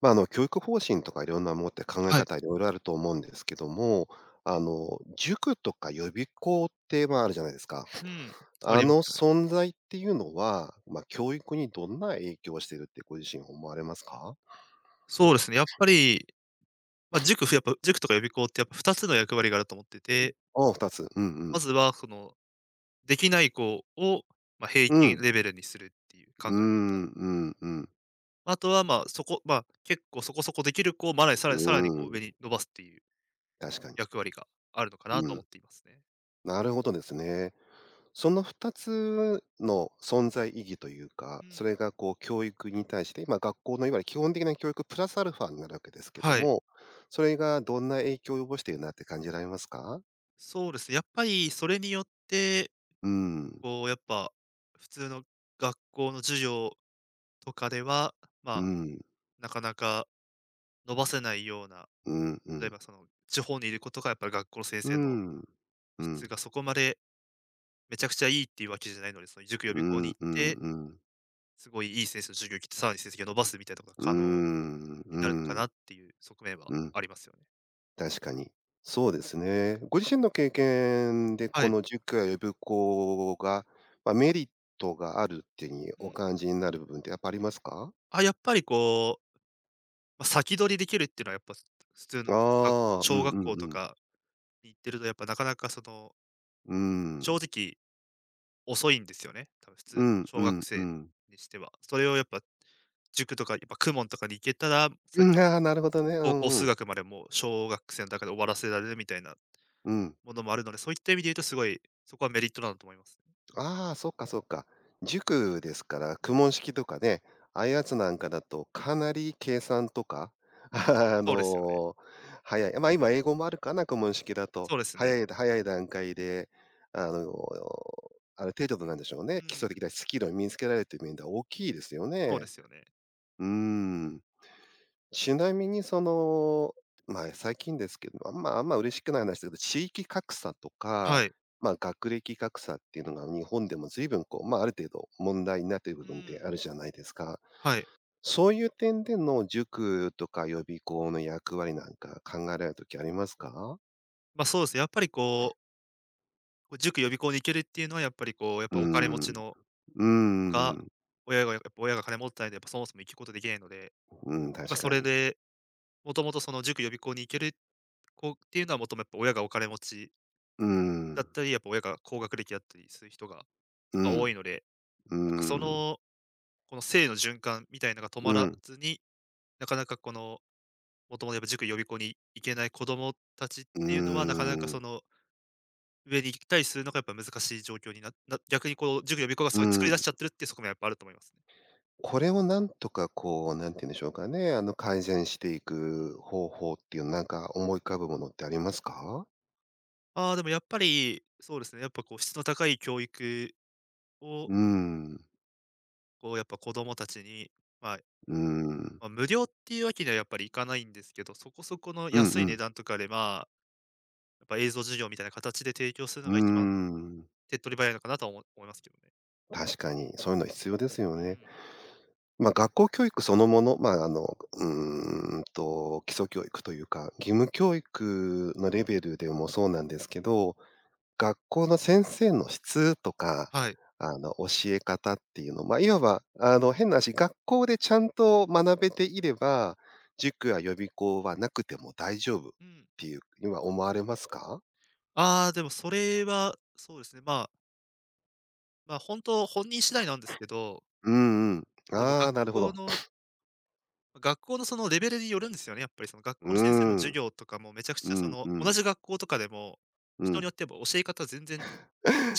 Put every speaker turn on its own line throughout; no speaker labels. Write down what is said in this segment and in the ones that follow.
教育方針とかいろんなものって考え
はい。
方いろいろあると思うんですけども、塾とか予備校って、あるじゃないですか。
うん、変わ
あ
ります
の
よね。
存在っていうのは、教育にどんな影響をしているってご自身思われますか？
そうですね、やっぱり、塾ふやっぱ塾とか予備校ってやっぱ2つの役割があると思ってて、
ああ、2つ。うんう
ま
ん。
ずはその、できない子を、まあ、平
うん。
均レベルにするっていう考
う
え方。
ん、うんうん。
まあとは、まあ、そこまあ、結構そこそこできる子をまださ
う
らにさらにこう
ん、
上に伸ばすっていう
確かに。
役割があるのかな
う
と思っ
ん。
ていますね。
なるほどですね。その二つの存在意義というか、
う
そ
ん。
れがこう教育に対して、今学校のいわゆる基本的な教育プラスアルファになるわけですけど
はい。
も、それがどんな影響を及ぼしているなって感じられますか？
そうですね、やっぱりそれによって、
うん、
こうやっぱ、普通の学校の授業とかでは、
う
まあ、
ん、
なかなか伸ばせないような、
うん、う
例え
ん、
ばその、地方にいる子とかやっぱり学校の先
う
生の
ん、うん、う
質
ん、
がそこまでめちゃくちゃいいっていうわけじゃないので、その塾予
う
備校に
ん、
行っ
う
て、
ん、
すごいいい先生の授業を聞いて、さらに成績を伸ばすみたいなことが
う
可能
ん、う
になるのか
ん、
なっていう側面は
うん。
ありますよね。
確かに。そうですね。ご自身の経験で、
は
こ
い。
の塾や予備校が、メリットがあるっていうふうに
う
お
ん。
感じになる部分ってやっぱありますか？
あ、やっぱりこう、ま、先取りできるっていうのはやっぱ、普通のがこ
ああー、う
小
ん
学
う
校
ん
と
うん。
かに行ってるとやっぱなかなかその、
う
正
ん。
直遅いんですよね。多分普通
う
の
ん
小
う
学
んう
生
ん。
にしては。それをやっぱ、塾とかやっぱ公文とかに行けたら、
うん、ああ、なるほどね。う
高
ん
校
う
数
ん。
学までもう小学生の中で終わらせられるみたいな
うん。
ものもあるので、そういった意味で言うとすごい、そこはメリットなんだと思いますね。
ああ、そっかそっか。塾ですから、
う
公
ん、
文式とかね、ああいうやつなんかだとかなり計算とか、あ
そうですよね。
の、早い、今英語もあるかな、公文式だと。
そうです
早
ね。
い早い段階で、あの、ある程度のなんでしょう
う
ね、基礎
ん、
的なスキルを身につけられるという面では大きいですよ
そうで
ね。
すよね。
うーん。ちなみにその、最近ですけど、あんま嬉しくない話だけど、地域格差とか、
はい。
学歴格差っていうのが日本でも随分こう、ある程度問題になっている部
う
分ってあ
ん、
るじゃないですか。
はい。
そういう点での塾とか予備校の役割なんか考えられるときありますか？
ま、そうですね、やっぱりこう、こう塾予備校に行けるっていうのはやっぱりこう、やっ
うー
ぱお金持
ん、
ち
う
の
ー
が、
ん、
親がやっぱ親が金持ってないとやっぱそもそも行くことできないので、やっ
うん、
ぱ
確
そ
か
れ
に。
で、もともとその塾予備校に行ける子っていうのはもともとやっぱ親がお金持ち
うー
だっ
ん、
たり、やっぱ親が高学歴だったりする人がやっ
う
ぱ多
ん、
いので、
うー
なんかそ
ん、
のこの性の循環みたいのが止
う
まら
ん、
ずに、なかなかこの、もともとやっぱ塾、予備校に行けない子供たちっ
うー
ていうのは、なかなかそ
ん、
の、上に行ったりするのがやっぱ難しい状況な逆にこう、塾、予備校が
う
そうい作り出
ん。
しちゃってるっていう側面はやっぱあると思いますね。
これをなんとかこう、なんて言うんでしょうかね、改善していく方法っていうなんか思い浮かぶものってありますか？
ああ、でもやっぱり、そうですね、やっぱこう質の高い教育を、
うーん、
こうやっぱ子供たちに、まあ、
うーん、
まあ、無料っていうわけにはやっぱりいかないんですけど、そこそこの
うんう
安い値
ん、
段とかで、まあ、やっぱ映像授業みたいな形で提供する
う
の
ー
が一番
ん、
手っ取り早いのかなとは思いますけどね。
確かにそういうの必要ですよ
う
ね。
ん。
学校教育そのもの、基礎教育というか、義務教育のレベルでもそうなんですけど、学校の先生の質とか、
はい。
教え方っていうの、いわば、変な話、学校でちゃんと学べていれば、塾や予備校はなくても大丈夫っ
うん。
ていう今は思われますか？
ああ、でもそれは、そうですね、まあ、本人次第なんですけど、
うんうん。
まあ、でも
ああ、なるほど。
学校のそのレベルによるんですよね、やっぱりその学
うー
校の先生の授
ん。
業とかもめちゃくち
う
ゃそ
ん
の、
う
同
ん。
じ学校とかでも、
う
人によ
ん。
っても教え方全然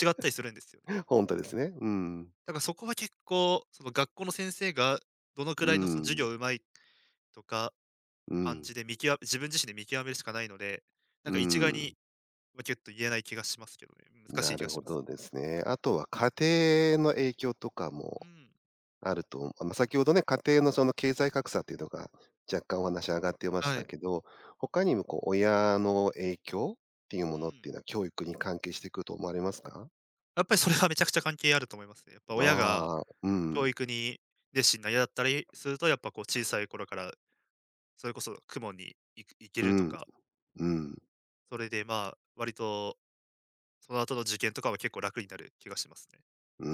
違っ たりするんですよね。
本当ですね。うん。
だからそこは結構、その学校の先生がどのく
う
らいのその授
ん。
業うまいとか
う
感
ん。
じで見極め自分自身で見極めるしかないので、な
う
んか一概
ん。
に、ま、ぎゅっと言えない気がしますけどね。難し
な
い気が
るほ
します。
どですね。あとは家庭の影響とか
う
も
ん。
あると、あ、先ほどね、家庭のその経済格差っていうのが、若干お話上がってまし
は
た
い。
けど、他にもこう親の影響っていう
う
ものっ
ん。
ていうのは、教育に関係してくると思われますか？
やっぱりそれはめちゃくちゃ関係あると思いますね。やっぱ親が
ああ、う
教
ん、
育に熱心な嫌だったりすると、やっぱこう小さい頃からそれこそ雲に行け
う
ると
ん、
か、
うん、
それでまあ、割とその後の受験とかは結構楽になる気がしますね。
う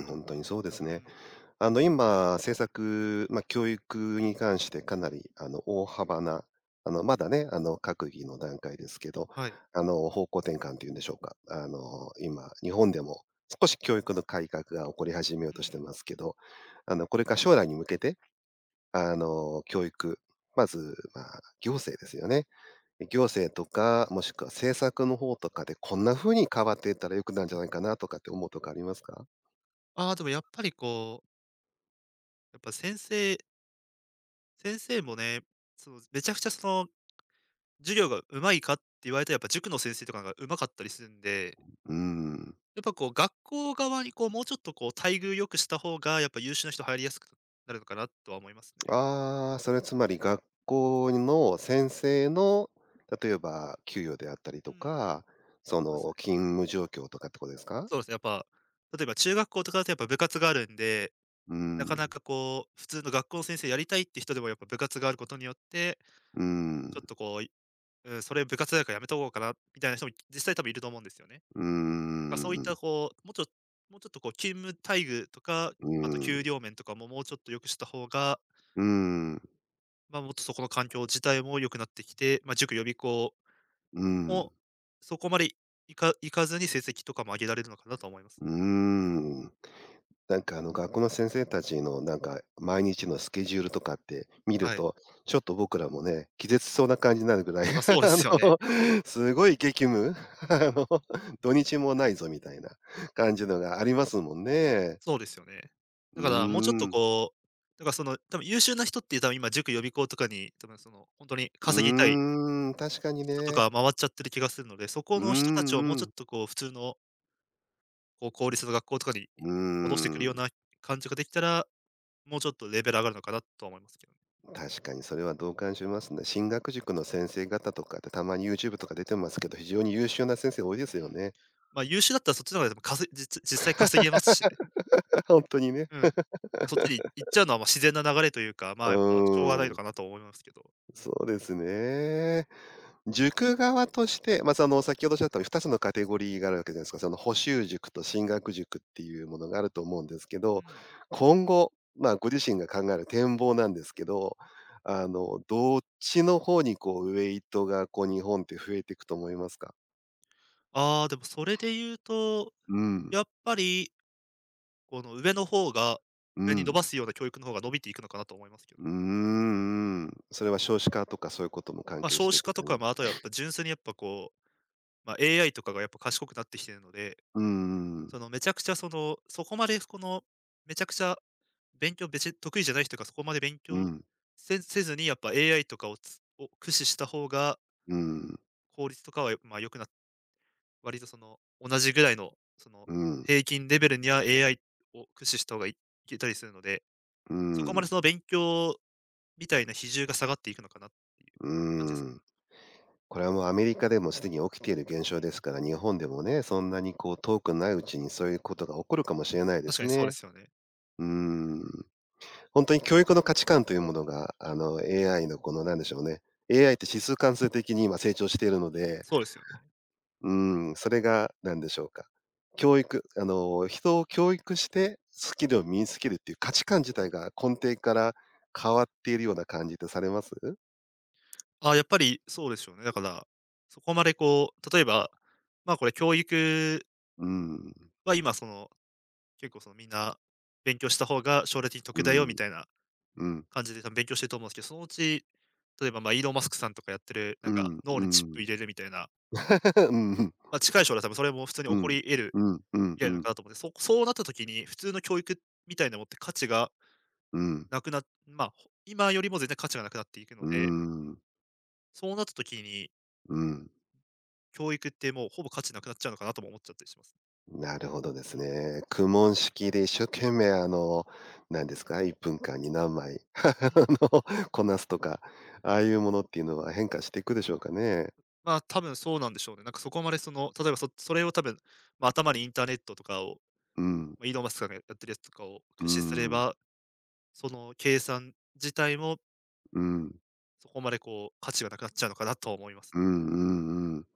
ん、本当にそうです
う
ね。
ん。
今、政策、教育に関してかなり、大幅な、まだね、閣議の段階ですけど、
はい。
方向転換っていうんでしょうか。今、日本でも少し教育の改革が起こり始めよう
う
として
ん。
ますけど、これから将来に向けて、教育、まず、行政ですよね。行政とか、もしくは政策の方とかで、こんな風に変わっていったら良くなるんじゃないかなとかって思うとかありますか？
ああ、でもやっぱりこう、やっぱ先生もね、そのめちゃくちゃその授業が上手いかって言われたらやっぱ塾の先生とかが上手かったりするんで
うーん。
やっぱこう、学校側にこう、もうちょっとこう、待遇良くした方が、やっぱ優秀な人入りやすくなるのかなとは思いますね。
ああ、それつまり学校の先生の、例えば給与であったりと
うん。
か、そ
そうです
の
ね。
勤務状況とかってことですか？
そうですね、やっぱ、例えば中学校とかだとやっぱ部活があるんで、
う
なかな
ん、
かこう、普通の学校の先生やりたいって人でもやっぱ部活があることによって、
う
ちょっ
ん、
とこう、うん、それ部活だからやめとこうかなみたいな人も実際多分いると思うんですよね。
うー
だからそういった
ん、
こう、もうちょっとこう、勤務待遇とか、
う
あと給
ん、
料面とかももうちょっと良くした方が、
うん、うん、
まあ、もっとそこの環境自体も良くなってきて、まあ、塾予備校もそこまでいかずに成績とかも上げられるのかなと思います。
うーん。なんかあの学校の先生たちのなんか毎日のスケジュールとかって見る
はい。
と、ちょっと僕らもね、気絶しそうな感じになるぐらい、
ま、そ うで
あの、
すよね。
すごい激務、
う
あ
ん、
の、土日もないぞみたいな感じのがありますもんね。
そうですよね。
うー
だからもうちょっと
ん、
こう、だからその、多分優秀な人って多分今塾予備校とかに、多分その、ほんとに
う
稼ぎたい
ーん、確かに
人とか
ね。
回っちゃってる気がするので、そこ
うーん
の人たちをも
う
うちょ
ん。
っとこう普通の、こう公立の学校とかに
うー
戻してくるよう
ん、
な感じができたら、もうちょっとレベル上がるのかなとは思いますけどね。
確かにそれは同感しますね。進学塾の先生方とかってたまに YouTube とか出てますけど、非常に優秀な先生多いです
う
よ
ん。
ね。
ま、優秀だったらそっちの方がでもかせじつ実際稼げますしね。
本当にね。
うん。そっちに行っちゃうのは、ま、自然な流れというか、ま
う
あ、やっぱしょうがない
ー
のか
ん。
なと思いますけど。
そうですね。塾側として、先ほどおっしゃったように2つのカテゴリーがあるわけじゃないですか。その補習塾と進学塾っていうものがあると思うんですけ
う
ど、
ん。
今後、ご自身が考える展望なんですけど、どっちの方にこうウェイトがこう日本って増えていくと思いますか？
ああ、でもそれで言うと、
うん、
やっぱり、この上の方が、
う
上に伸ば
ん、
すような教育の方が伸びていくのかなと思いますけ
う
ど。
ーん、うん。それは少子化とかそういうことも関係し
少
てっ
子
て
化とか、
感
ま、ああ
じ。
とはやっぱ純粋にやっぱこう、ま、AI とかがやっぱ賢くなってきてるので、
うんうん
そのめちゃくちゃその、そこまでこの、めちゃくちゃ勉強べち得意じゃない人がそこまで勉
う
強
ん。
せずに、やっぱ AI とかを駆使した方が、
うん、うん、
効率とかは、ま、良くな割とその、同じぐらいの、その、
うん、
平均レベルには AI を駆使した方がいいけたりするので、
う
そこまでその勉強みたいな比重が下がっていくのかなっていう感じですかね。
ん。これはもうアメリカでもすでに起きている現
う
象
ん、
ですから、日本でもね、そんなにこう遠くないうちにそういうことが起こるかもしれないで
確か
す
にそうで
ね。
すよね。
うーん。本当に教育の価値観というものが、AI のこのなんでしょうね、AI って指数関数的に今成長しているの
うん、
で、
そうですよね。
うーん、それが何でしょうか、教育あの、人を教育してスキルを身につけるっていう価値観自
う
体
ん。
が根底から変わっているような感じとされます？
あ、やっぱりそうでしょうね。だから、そこまでこう、例えば、まあ、これ教育
うん、
は今その、結構そのみんな勉強した方が将来的に
う
得だよみ
ん、
たいな
うん、
感じで多分勉強してると思うんですけど、そのうち、例えば、ま、イーロン・マスクさんとかやってる、な
う
んか、
ん、
脳
う
にチップ
ん。
入れるみたいな、
うん。
まあ、近い将来多分それも普通に
う
起こ
ん。
り得る
うんうん
未
う
来なの
ん。
かなと思って、そうなった時に、普通の教育みたいなものって価値が
うん。
なくなまあ、今よりも全然価値がなくなっていく
う
の
ー
で、
ん。
そうなった時に、
うん。
教育ってもうほぼ価値なくなっちゃうのかなとも思っちゃったりします。
なるほどで
う
す
ん。
ね。苦悶式で一生懸命、なんですか、1分間に何枚
うん。
の、こなすとか、ああいうものっていうのは変化していくでしょうかね。
まあ、多分そうなんでしょうね。なんかそこまで例えばそれを多分、頭にインターネットとかを、
うん。
イーロンマスクさんがやってるやつとかを
う
駆使すれ
ん。
ば、その計算自体も
うん。
そこまでこう価値がなくなっちゃうのかなとは思います。
うんうんうん。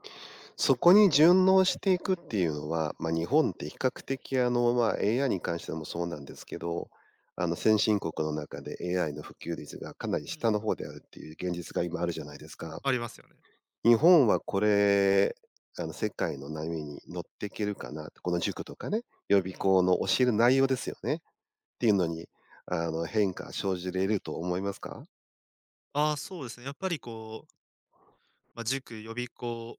そこに順応していくっていうのは、日本って比較的あの、AI に関してもそうなんですけど、先進国の中で AI の普及率がかなり
うん、
下の方であるっていう現実が今あるじゃないですか。
ありますよね。
日本はこれ、世界の波に乗っていけるかなって、この塾とかね、予備
うん。
校の教える内容ですよねっていうのに、変化生じれると思いますか？
ああ、そうですね。やっぱりこう、塾、予備校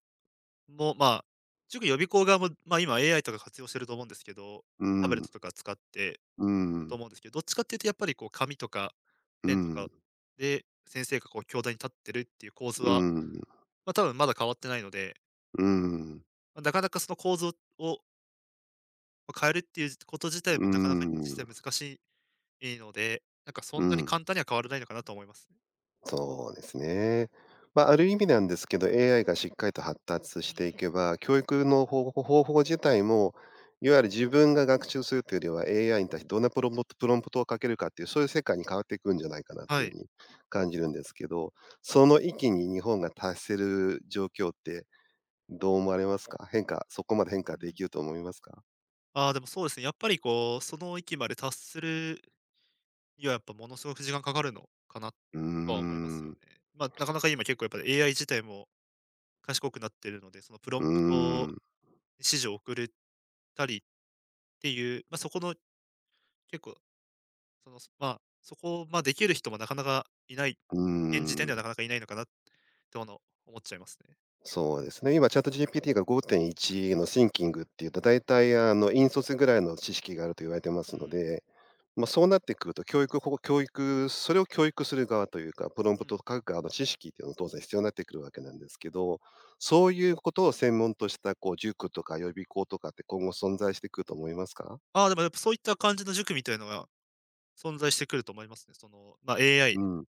も、まあ、塾、予備校側も、まあ、今 AI とか活用してると思うんですけど、
う
タブレッ
ん、
トとか使って
う
ると
ん、
思うんですけど、どっちかっていうとやっぱりこう紙とか
う
ペンとか
ん、
で、先生がこう教壇に立ってるっていう構図
う
は、
ん、
まあ、多分まだ変わってないので、
うん。
まあ、なかなかその構図をを変えるっていうこと自体
うー
もなかなか実
ん、
際難しいので、なんかそ
う
んなに
ん、
簡単には変わらないのかなと思いますね。
そうですね。ある意味なんですけど、AI がしっかりと発達
う
してい
ん。
けば、教育の方法自体も、いわゆる自分が学習するというよりは、AI に対してどんなプロンプトをかけるかっていう、そういう世界に変わっていくんじゃないかなって
は
いう
い。
風に感じるんですけど、その域に日本が達せる状況ってどう思われますか？そこまで変化できると思いますか？
ああ、でもそうですね。やっぱりこう、その域まで達するには、やっぱものすごく時間かかるのかな
うー
とは思いますよ
ん、
ね。まあ、なかなか今結構やっぱり AI 自体も賢くなってるので、そのプロ
うー
ンプト
ん、
指示を送れたりっていう、まあ、そこの結構、その、まあ、そこ、まあ、できる人もなかなかいない、
う
現時点
ー
ではな
ん。
かなかいないのかなってもの思っちゃいますね。
そうですね。今、チャット GPT が5.1のシンキングっていうと、大体あの引率ぐらいの知識があると言われてま
う
すの
ん、
で、そうなってくると、教育ほ教育それを教育する側というか、プロ
う
ンプトを
ん。
書く側の知識っていうのも当然必要になってくるわけなんですけど、そういうことを専門としたこう塾とか予備校とかって今後存在してくると思いますか？
ああ、でもやっぱそういった感じの塾みたいのが存在してくると思いますね。その、まあ、AI
うん。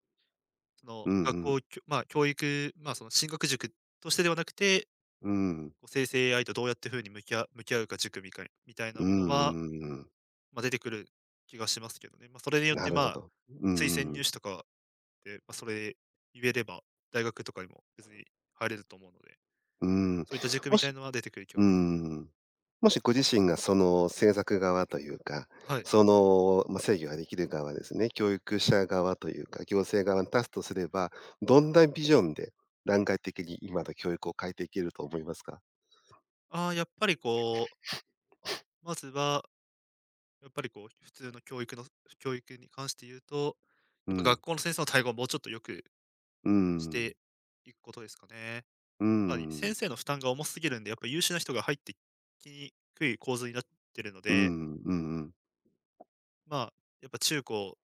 その、
うん
学
うん。
校きょまあ、教育、まあ、その進学塾としてではなくて、
うん。
こう生成 AI とどうやって風に向き合うか塾みたい
う
なも
んうん
のは、
うんうん。
まあ、出てくる気がしますけどね。まあ、それによっ
な
て、
る
ま
ほ
あ、
ど。う
推薦
んうん。
入試とかで、まあ、それ言えれば、大学とかにも別に入れると思うので、
うん。
そういった塾
も
みたい
し、
のは出てくる気が
う
し
ん
ま
う
す。
んうん。もしご自身がその制作側というか、
はい。
制御ができる側ですね、教育者側というか、行政側に立つとすれば、どんなビジョンで段階的に今の教育を変えていけると思いますか？
ああ、やっぱりこう、まずは、やっぱりこう、普通の教育の教育に関して言うと、
う
やっぱ学
ん。
校の先生の対応をもうちょっと良く
う
し
ん。
ていくことですかね。
う
かなり
ん。
先生の負担が重すぎるんで、やっぱ優秀な人が入ってきにくい構図になってるの
う
で、
ん。うんうん。
まあ、やっぱ中高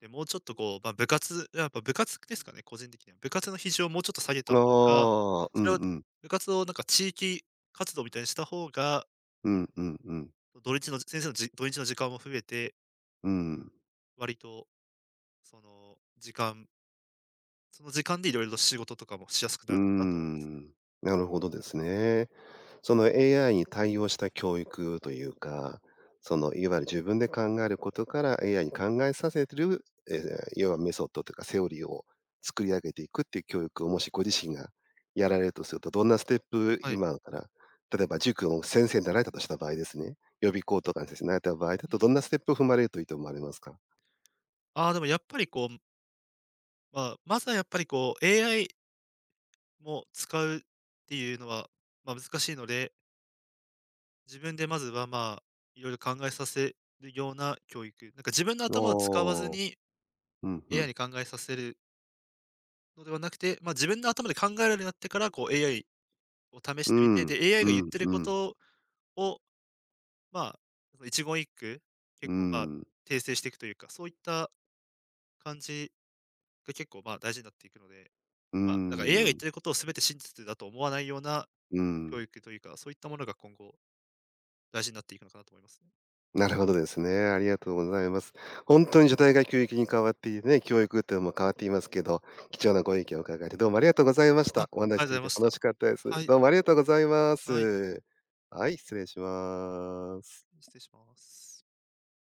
でもうちょっとこう、やっぱ部活ですかね、個人的には。部活の比重をもうちょっと下げた方が、
ああ、う
それ
ん
を
うん。
部活をなんか地域活動みたいにした方が、
うんうんうん。
土日の先生のじ土日の時間も増えて、
うん。
割とその時間その時間でいろいろと仕事とかもしやすく
う
な
ー
るのかなと思いますね。
ん。なるほどですね。その AI に対応した教育というか、そのいわゆる自分で考えることから AI に考えさせる、ええ、要はメソッドというかセオリーを作り上げていくっていう教育をもしご自身がやられるとすると、どんなステップ
はい。
今から、例えば塾の先生になられたとした場合ですね、予備校とかの先生になられた場合だ
う
とど
ん。
んなステップを踏まれるといいと思われますか？
ああ、でもやっぱりこう、まあ、まずはやっぱりこう、AI も使うっていうのは、まあ、難しいので、自分でまずは、まあ、いろいろ考えさせるような教育。なんか自分の頭を使わず
おー
に
うん、う
AI
ん。
に考えさせるのではなくて、まあ、自分の頭で考えるようになってから、こう AI を試し
う
てみて、
ん、
で、AI
う
が言っ
ん
てる
う
こ
ん、
とを、まあ、その一言一句、
う
結構、まあ、
ん、
訂正していくというか、そういった感じが結構、まあ、大事になっていくので、
う
まあ、なんか AI が言っ
ん、
てることを全て真実だと思わないような
う
教
ん。
育というか、そういったものが今後大事になっていくのかなと思いますね。
なるほどですね。ありがとうございます。本当に時代が急激に変わっていてね、教育っていうのも
う
変わってい
ん。
ますけど、貴重なご意見を伺えてどうもありがとうございまし
あ、あ
た。
りが
お話し
とうご
で
ざ
き
い
て
まし
楽
た。
しかったです。
はい、
どうもありがとうございま
はい、
す。はい、失礼します。
失礼します。